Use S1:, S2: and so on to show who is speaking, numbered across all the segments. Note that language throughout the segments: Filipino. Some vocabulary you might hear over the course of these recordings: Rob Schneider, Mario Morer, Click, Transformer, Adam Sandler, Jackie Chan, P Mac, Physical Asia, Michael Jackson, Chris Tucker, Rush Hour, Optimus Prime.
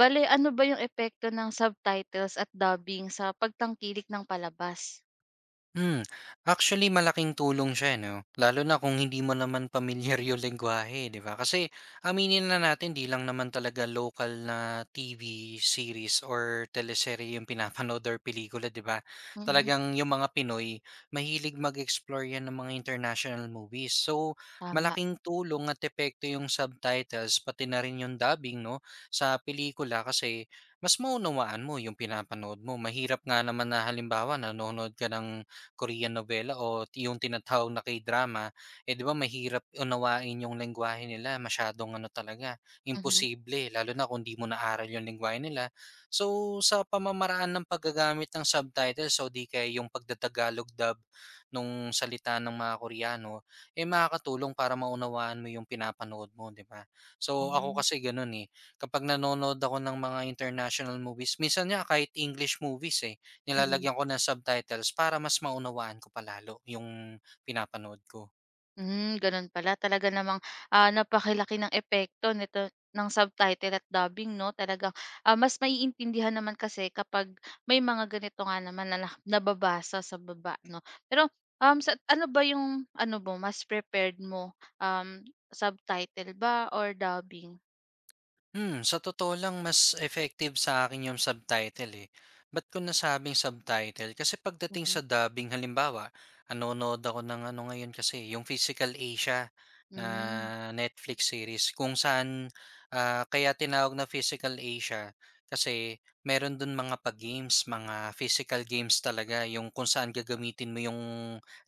S1: Bale, ano ba yung epekto ng subtitles at dubbing sa pagtangkilik ng palabas?
S2: Hmm, actually malaking tulong siya, eh, 'no? Lalo na kung hindi mo naman pamilyar yung lengguwahe, 'di ba? Kasi aminin na natin 'di lang naman talaga local na TV series or teleserye yung pinapanood or pelikula, 'di ba?
S1: Mm,
S2: Talagang yung mga Pinoy, mahilig mag-explore 'yan ng mga international movies. So,
S1: tama.
S2: malaking tulong at epekto yung subtitles pati na rin yung dubbing, 'no, sa pelikula kasi mas maunawaan mo yung pinapanood mo. Mahirap nga naman na halimbawa nanonood ka ng Korean novela o yung tinatawag na K-drama, eh, 'di ba mahirap unawain yung lengguwahe nila masyadong ano talaga,
S1: Mhm.
S2: imposible lalo na kung 'di mo naaral yung lengguwahe nila. So, sa pamamaraan ng paggagamit ng subtitles o 'di kaya yung pagta dub nung salita ng mga Koreano, eh, makakatulong para maunawaan mo yung pinapanood mo, 'di ba? So, ako
S1: Hmm,
S2: kasi gano'n, eh, kapag nanonood ako ng mga international movies minsan nga kahit English movies, eh,
S1: mm.
S2: nilalagyan ko ng subtitles para mas maunawaan ko palalo yung pinapanood ko.
S1: Hmm, gano'n pala. Talaga namang, napakilaki ng epekto nito ng subtitle at dubbing, 'no? Talagang, mas maiintindihan naman kasi kapag may mga ganito nga naman na na nababasa sa baba, 'no? Pero, sa ano ba yung ano mo, mas prepared mo, um, subtitle ba or dubbing?
S2: Sa totoo lang mas effective sa akin yung subtitle eh. Ba't ko nasabing subtitle? Kasi pagdating
S1: Mhm.
S2: sa dubbing halimbawa, nanonood ako ng ano ngayon kasi, yung Physical Asia na
S1: Hmm,
S2: Netflix series kung saan kaya tinawag na Physical Asia kasi meron dun mga pag-games, mga physical games talaga yung kung saan gagamitin mo yung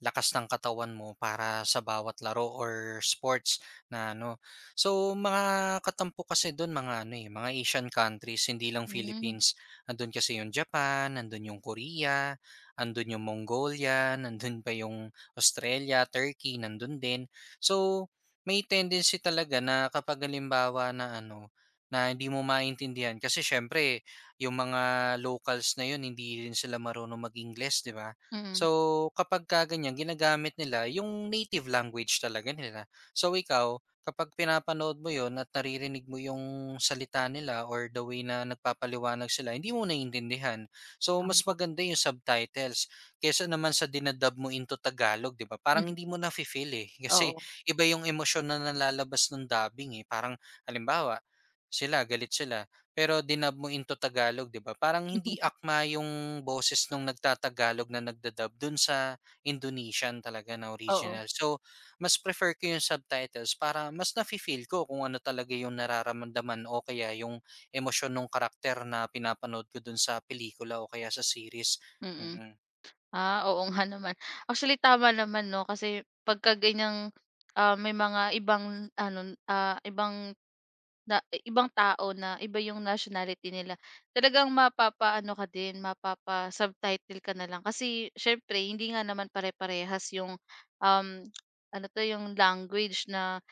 S2: lakas ng katawan mo para sa bawat laro or sports na ano. So, mga katampo kasi do'n mga ano, eh, mga Asian countries, hindi lang
S1: hmm,
S2: Philippines. Nando'n kasi yung Japan, nando'n yung Korea, ando'n yung Mongolia, nando'n pa yung Australia, Turkey, nando'n din. So, may tendency talaga na kapag halimbawa na ano, na hindi mo maintindihan kasi siyempre yung mga locals na 'yun hindi rin sila marunong mag English 'di ba?
S1: mm.
S2: So, kapag kapagka ganiyan ginagamit nila yung native language talaga nila. So, ikaw kapag pinapanood mo 'yun at naririnig mo yung salita nila or the way na nagpapaliwanag sila, hindi mo naiintindihan. So, mas
S1: Tama.
S2: maganda yung subtitles kaysa naman sa dinadub mo into Tagalog, 'di ba? Parang
S1: Mhm.
S2: hindi mo na feel eh. Kasi
S1: Oo.
S2: iba yung emosyon na nalalabas ng dubbing eh. Parang halimbawa, sila galit sila pero dinab mo into Tagalog, 'di ba? Parang hindi akma yung boses nung nagtatagalog na nagdadub dun sa Indonesian talaga na
S1: Oo.
S2: original. So, mas prefer ko yung subtitles para mas nafi-feel ko kung ano talaga yung nararamdaman o kaya yung emosyon ng karakter na pinapanood ko dun sa pelikula o kaya sa series.
S1: Mm.
S2: Mm,
S1: Ah, oo nga naman. Actually, tama naman, 'no, kasi pagka ganyang, may mga ibang ano, ah, ibang Na ibang tao na iba yung nationality nila, talagang mapapaano ka din, mapapa-subtitle ka na lang kasi siyempre hindi nga naman pare-parehas yung, um, ano 'to, yung language na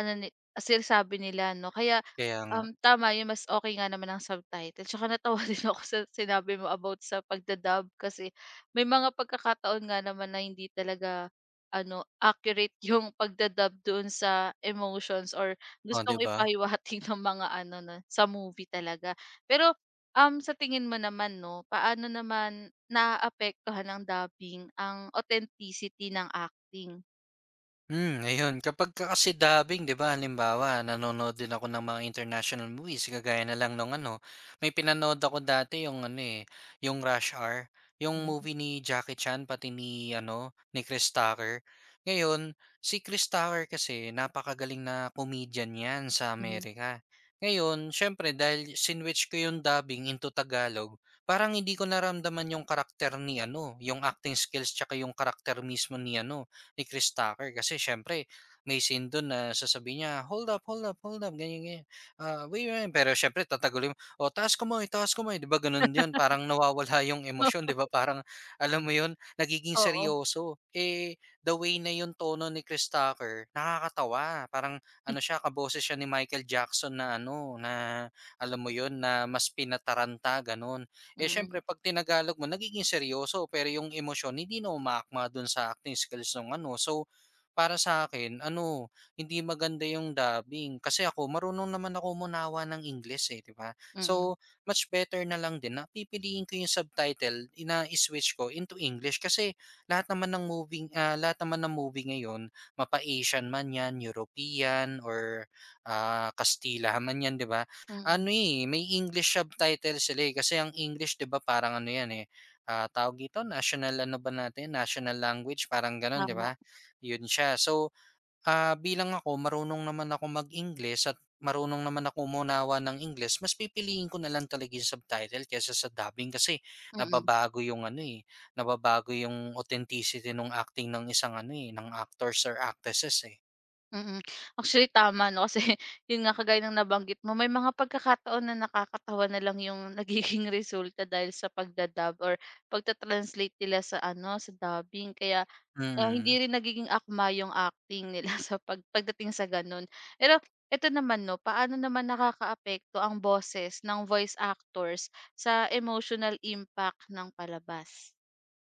S1: ano ni sinasabi nila, 'no. Kaya,
S2: kaya nga.
S1: tama yun, mas okay nga naman ang subtitle. Tsaka natawa din ako sa sinabi mo about sa pagda-dub kasi may mga pagkakataon nga naman na hindi talaga ano, accurate yung pagda-dub doon sa emotions or
S2: Oh, 'di
S1: Gustong
S2: ba?
S1: ipahiwatig ng mga ano na sa movie talaga. Pero, sa tingin mo naman, 'no, paano naman naaapektuhan ng dubbing ang authenticity ng acting?
S2: Ayun. Kapag ka kasi dubbing, 'di ba, halimbawa, nanonood din ako ng mga international movies, kagaya na lang nung ano, may pinanood ako dati yung ano, eh, yung Rush Hour, yung
S1: Mhm,
S2: movie ni Jackie Chan pati ni ano, ni Chris Tucker. Ngayon, si Chris Tucker kasi napakagaling na comedian 'yan sa
S1: mhm.
S2: Amerika. Ngayon, syempre dahil sinwitch ko yung dubbing into Tagalog, parang hindi ko naramdaman yung karakter ni ano, yung acting skills tsaka yung karakter mismo ni ano, ni Chris Tucker kasi siyempre may scene do'n na sasabihin niya, "Hold up, hold up, hold up," ganyan, ganyan, "Wait, wait," pero siyempre tatagulin mo, "O taas kamay, ko kamay," 'di ba gano'n 'yun, parang nawawala 'yung emosyon 'di ba, parang alam mo 'yun, nagiging
S1: Oo,
S2: seryoso. Eh, the way na 'yung tono ni Chris Tucker nakakatawa, parang ano siya, kaboses siya ni Michael Jackson na ano, na alam mo 'yun, na mas pinataranta gano'n. Eh,
S1: mm,
S2: siyempre 'pag tinagalog mo nagiging seryoso pero yung emosyon hindi na umaakma dun sa acting skills nung ano. So, para sa akin ano, hindi maganda yung dubbing kasi ako marunong naman ako umunawa ng English eh, 'di ba?
S1: mm,
S2: So, much better na lang din na pipiliin ko yung subtitle ina switch ko into English kasi lahat naman ng movie, lahat naman ng movie ngayon mapa-Asian man 'yan, European or, Kastila man 'yan, 'di ba?
S1: mm,
S2: Ano, eh, may English subtitle sila, eh, kasi ang English 'di ba parang ano 'yan, eh, tawag dito, national ano ba natin, national language parang gano'n 'di
S1: tama,
S2: ba? 'Yun siya. So, bilang ako marunong naman ako mag-English at marunong naman ako umunawa ng English, mas pipiliin ko na lang talaga 'yung subtitle kaysa sa dubbing kasi
S1: mm.
S2: nababago 'yung ano, eh, nababago 'yung authenticity ng acting ng isang ano, eh, ng actors or actresses, eh.
S1: Mm. Actually tama, 'no, kasi yun nga kagaya ng nabanggit mo may mga pagkakataon na nakakatawa na lang yung nagiging resulta dahil sa pagda-dub or pagta-translate nila sa ano, sa dubbing kaya, hindi
S2: Mm.
S1: rin nagiging akma yung acting nila sa pag pagdating sa gano'n. Pero eto naman, 'no, paano naman nakakaapekto ang boses ng voice actors sa emotional impact ng palabas?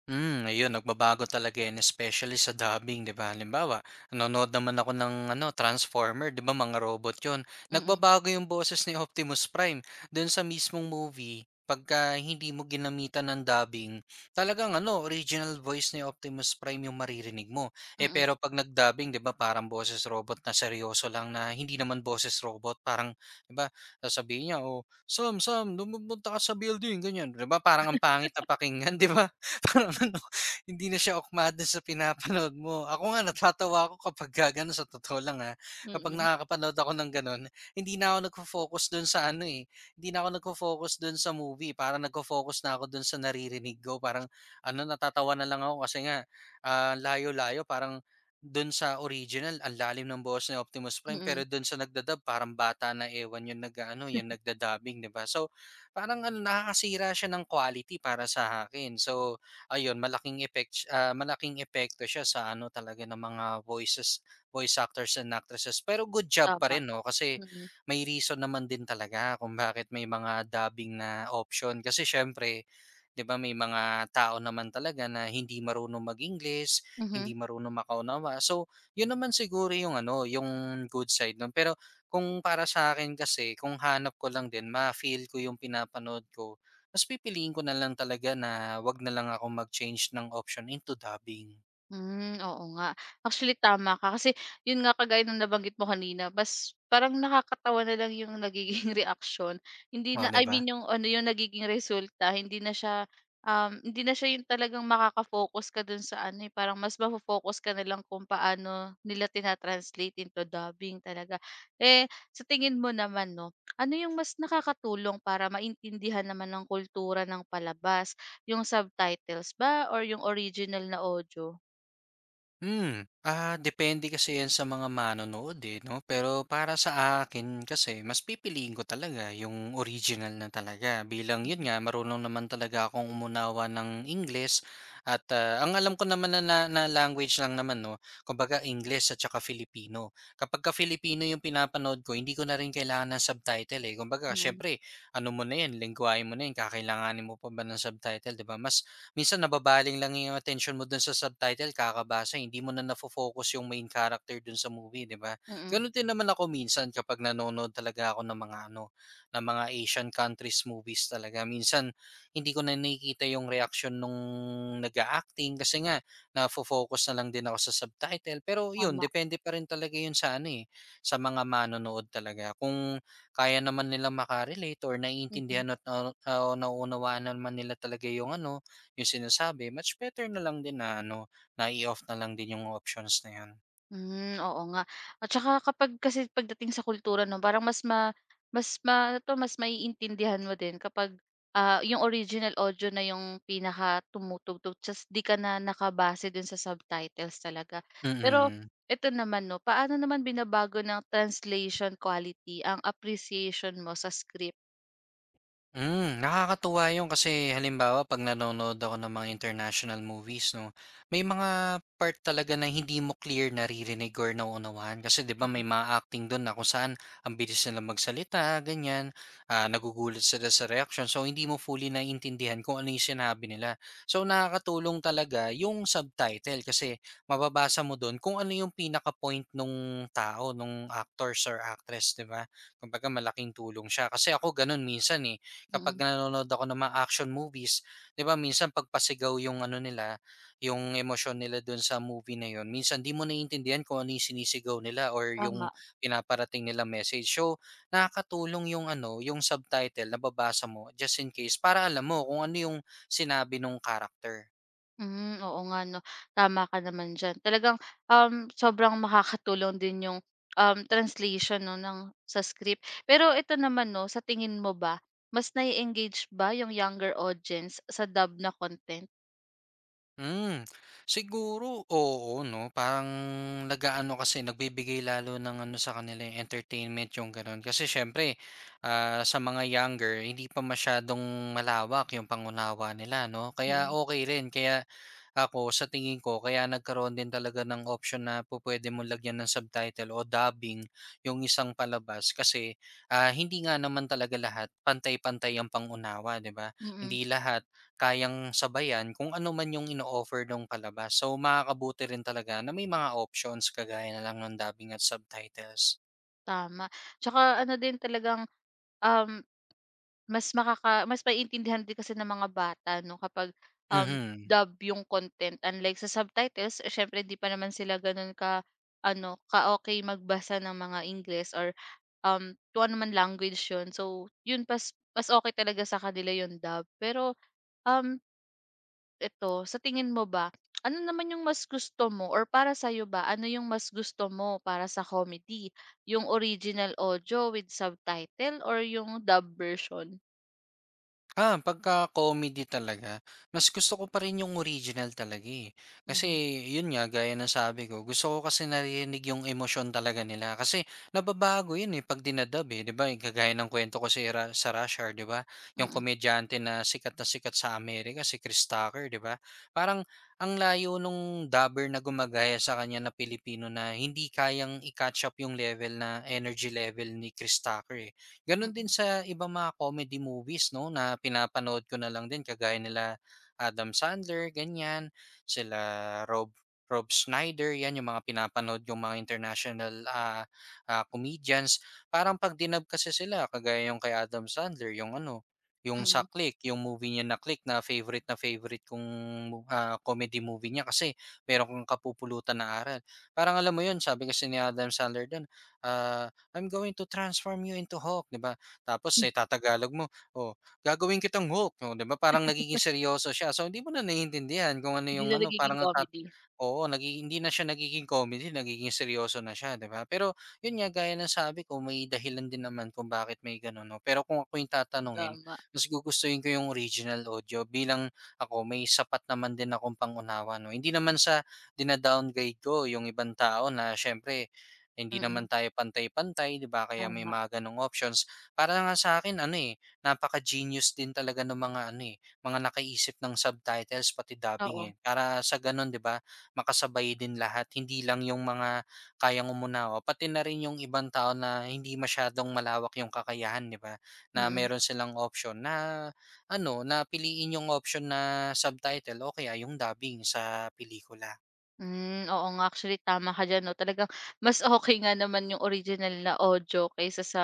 S2: Ayun nagbabago talaga yun especially sa dubbing 'di ba? Halimbawa, nanonood naman ako ng ano Transformer 'di ba mga robot 'yun.
S1: Mm,
S2: Nagbabago yung boses ni Optimus Prime dun sa mismong movie pagka hindi mo ginamitan ng dubbing. Talagang ano, original voice ni Optimus Prime yung maririnig mo. Eh
S1: mm,
S2: pero pag nag-dubbing 'di ba parang boses robot na seryoso lang na hindi naman boses robot parang 'di ba? Sasabihin niya, "Oh, Sam, Sam, lumumunta ka sa building." Ganyan 'di ba? Parang ang pangit na pakinggan 'di ba? Parang ano, hindi na siya ukma dun sa pinapanood mo. Ako nga natatawa ako kapagka gano'n sa totoo lang, kapag
S1: mm,
S2: nakakapanood ako ng gano'n, hindi na ako nagfo-focus dun sa ano, eh, hindi na ako nagfo-focus dun sa movie, parang nagfo-focus na ako dun sa naririnig ko. Parang ano, natatawa na lang ako kasi nga, layo-layo parang dun sa original ang lalim ng boses ni Optimus
S1: mm,
S2: Prime,
S1: mm.
S2: pero dun sa nagda-dub parang bata na ewan yung nag-aano, yung nagda 'di ba? So, parang ano, nakakasira siya ng quality para sa akin. So, ayun malaking effect si, malaking epekto siya sa ano talaga ng mga voices voice actors and actresses. Pero good job pa
S1: tama,
S2: rin 'no, kasi
S1: mm,
S2: may reason naman din talaga kung bakit may mga dubbing na option kasi siyempre 'di ba may mga tao naman talaga na hindi marunong mag-English,
S1: mhm.
S2: hindi marunong makaunawa. So, 'yun naman siguro yung ano, yung good side nun. Pero kung para sa akin kasi kung hanap ko lang din ma-feel ko yung pinapanood ko mas pipiliin ko na lang talaga na 'wag na lang ako mag-change ng option into dubbing,
S1: Hmm, oo nga. Actually tama ka kasi yun nga kagaya ng nabanggit mo kanina mas parang nakakatawa na lang yung nagiging reaksyon. Hindi
S2: oh,
S1: na
S2: 'di
S1: I
S2: ba?
S1: mean yung ano yung nagiging resulta hindi na siya, hindi na siya yung talagang makaka-focus ka dun sa ano, eh, parang mas mafo-focus ka na lang kung paano nila tina-translate into dubbing talaga. Eh, sa tingin mo naman, 'no, ano yung mas nakakatulong para maintindihan naman ang kultura ng palabas, yung subtitles ba or yung original na audio?
S2: Depende kasi 'yan sa mga manonood, eh, 'no? Pero para sa akin kasi mas pipiliin ko talaga yung original na talaga bilang yun nga marunong naman talaga akong umunawa ng English at, ang alam ko naman na na na language lang naman 'no, kumbaga English at saka Filipino. Kapagka Filipino yung pinapanood ko hindi ko na rin kailangan ng subtitle, eh. Kumbaga
S1: Mm,
S2: siyempre ano mo na 'yan, lengguwahe mo na 'yan, kakailanganin mo pa ba ng subtitle, 'di ba? Mas minsan nababaling lang yung attention mo dun sa subtitle kakabasa, hindi mo na nafo-focus yung main character dun sa movie, 'di ba?
S1: mm,
S2: Ganun din naman ako minsan kapag nanonood talaga ako ng mga ano, ng mga Asian countries movies talaga. Minsan hindi ko na nakikita yung reaction nung nag acting kasi nga nafo-focus na lang din ako sa subtitle. Pero yun,
S1: tama,
S2: depende pa rin talaga yun sa ano eh, sa mga manonood talaga. Kung kaya naman nila makarelate or
S1: Mhm. mm.
S2: naiintindihan at naunawaan naman nila talaga yung ano, yung sinasabi, much better na lang din na ano, na i-off na lang din yung options na yun.
S1: Hmm, oo nga at saka kapag kasi pagdating sa kultura, 'no, parang mas ma ano 'to, mas maiintindihan mo din kapag, yung original audio na yung pinakatumututok just 'di ka na nakabase dun sa subtitles talaga. Pero
S2: Mm.
S1: ito naman, 'no, paano naman binabago ng translation quality ang appreciation mo sa script?
S2: Nakakatuwa 'yun kasi halimbawa 'pag nanonood ako ng mga international movies 'no, may mga part talaga na hindi mo clear naririnig or nauunawaan kasi 'di ba may
S1: Mm,
S2: mga acting do'n na kung saan ang bilis nilang magsalita ganyan, nagugulat sila sa reaction so hindi mo fully naiintindihan kung ano 'yung sinabi nila. So nakakatulong talaga 'yung subtitle kasi mababasa mo do'n kung ano 'yung pinaka-point nung tao, nung actors or actress 'di ba? Kumbaga malaking tulong siya kasi ako gano'n minsan, eh kapag
S1: mm,
S2: nanonood ako ng mga action movies, 'di ba minsan pagpasigaw yung ano nila, yung emosyon nila dun sa movie na yun, minsan di mo naiintindihan kung ano yung sinisigaw nila or
S1: tama.
S2: yung pinaparating nila message. So, nakakatulong yung ano, yung subtitle na babasa mo just in case para alam mo kung ano yung sinabi ng character.
S1: Hmm, oo nga, 'no, tama ka naman diyan. Talagang, sobrang makakatulong din yung, translation, 'no, ng sa script. Pero ito naman, 'no, sa tingin mo ba, mas na engage ba yung younger audience sa dub na content?
S2: Hmm, siguro oo 'no, parang nag kasi nagbibigay lalo ng ano sa kanila, eh, entertainment yung gano'n. Kasi siyempre, sa mga younger hindi pa masyadong malawak yung pangunawa nila 'no, kaya
S1: Mm,
S2: okay rin. Kaya ako sa tingin ko kaya nagkaroon din talaga ng option na po pwede mo lagyan ng subtitle o dubbing yung isang palabas kasi, hindi nga naman talaga lahat pantay-pantay ang pangunawa, unawa 'di ba?
S1: mm,
S2: Hindi lahat kayang sabayan kung ano man yung ino-offer nung palabas. So, makakabuti rin talaga na may mga options kagaya na lang ng dubbing at subtitles.
S1: tama. Tsaka ano din talagang, um, mas makaka mas maiintindihan din kasi ng mga bata, 'no, kapag, um,
S2: Mhm.
S1: dub yung content unlike sa subtitles, eh, siyempre hindi pa naman sila gano'n ka ano, ka okay magbasa ng mga English or Um, kung ano man language 'yun. So, 'yun pas mas okay talaga sa kanila 'yung dub. Pero, um, eto, sa tingin mo ba, ano naman 'yung mas gusto mo or para sa'yo ba, ano 'yung mas gusto mo para sa comedy? 'Yung original audio with subtitle or 'yung dub version?
S2: Ah, pagka-comedy talaga, mas gusto ko pa rin yung original talaga, eh. Kasi
S1: Mhm,
S2: yun nga, gaya ng sabi ko, gusto ko kasi narinig yung emosyon talaga nila. Kasi nababago yun eh, pag dinadub eh, di ba? Eh, kagaya ng kwento ko si sa Rush Hour, di ba? Yung
S1: mm,
S2: komedyante na sikat sa Amerika, si Chris Tucker, di ba? Parang ang layo nung dubber na gumagaya sa kanya na Pilipino na hindi kayang i-catch up yung level na energy level ni Chris Tucker eh. Gano'n
S1: mm,
S2: din sa ibang mga comedy movies 'no, na pinapanood ko na lang din kagaya nila Adam Sandler, ganyan, sila Rob Rob Schneider, 'yan yung mga pinapanood yung mga international, comedians. Parang 'pag dinab kasi sila kagaya yung kay Adam Sandler, yung ano, yung sa
S1: mm.
S2: Click, yung movie niya na Click na favorite kong, comedy movie niya kasi meron kang kapupulutan na aral. Parang alam mo 'yun, sabi kasi ni Adam Sandler do'n, ah I'm going to transform you into Hulk, 'di ba? Tapos sa itatagalog mo, oh, gagawin kitang Hulk, oh, 'di ba? Parang nagiging seryoso siya. So hindi mo na naiintindihan kung ano
S1: Hindi
S2: yung
S1: na
S2: ano,
S1: nagiging
S2: parang
S1: comedy,
S2: oo, hindi na siya nagiging comedy, nagiging seryoso na siya, 'di ba? Pero yun nga gaya ng sabi ko, may dahilan din naman kung bakit may ganun, no? Pero kung ako yung tatanungin,
S1: tama.
S2: mas gugustuhin ko yung original audio bilang ako may sapat naman din akong pangunawa, no? Hindi naman sa dinadowngrade ko yung ibang tao na syempre hindi naman
S1: Mm,
S2: tayo pantay-pantay, 'di ba? Kaya may
S1: tama.
S2: mga gano'ng options. Para nga sa akin ano, eh, napaka-genius din talaga ng mga ano, eh, mga nakaisip ng subtitles pati dubbing,
S1: Oo,
S2: eh. Para sa gano'n, 'di ba, makasabay din lahat. Hindi lang yung mga kayang umunawa, pati na rin yung ibang tao na hindi masyadong malawak yung kakayahan, 'di ba? Na
S1: mm.
S2: meron silang option na ano, na piliin yung option na subtitle o kaya yung dubbing sa pelikula.
S1: Hmm, oo nga actually tama ka diyan, 'no, talagang mas okay nga naman yung original na audio kaysa sa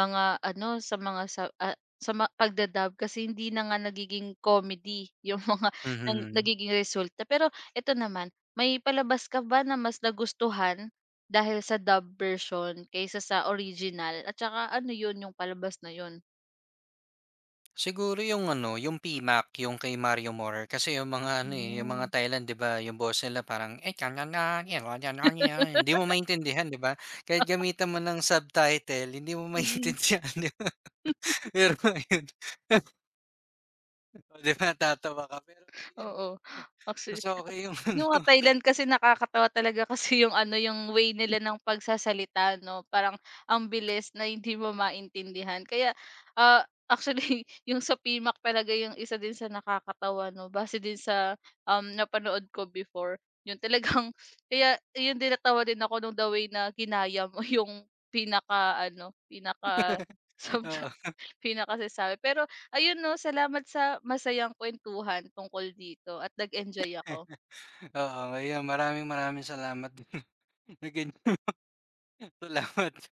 S1: mga ano, sa mga sa sa ma pagda-dub kasi hindi na nga nagiging comedy yung mga ang
S2: Mhm.
S1: nagiging resulta. Pero eto naman, may palabas ka ba na mas nagustuhan dahil sa dub version kaysa sa original at saka ano yun, yung palabas na yun?
S2: Siguro yung ano, yung P Mac yung kay Mario Morer. Kasi yung mga ano, eh, yung mga
S1: Hmm,
S2: Thailand 'di ba, yung boss nila parang, eh, kanana, hindi mo maintindihan 'di ba? Kahit gamitan mo ng subtitle hindi mo
S1: mm,
S2: maintindihan 'di ba? Pero ayun, oh, 'di ba tatawa ka pero yun nga,
S1: oo. Actually
S2: mas okay yung ano,
S1: Yung mga Thailand kasi nakakatawa talaga kasi yung ano, yung way nila ng pagsasalita, 'no, parang ang bilis na hindi mo maintindihan. Kaya, ah, actually yung sa PMAC talaga yung isa din sa nakakatawa, 'no, base din sa, napanood ko before. Yun talagang kaya yun din natawa din ako nung the way na ginaya mo yung pinaka-ano, pinaka
S2: oo.
S1: subject, pinakasasabi. Pero ayun, 'no, salamat sa masayang kuwentuhan tungkol dito at nag-enjoy ako.
S2: Oo, ayun maraming maraming salamat din na ganyan. Salamat.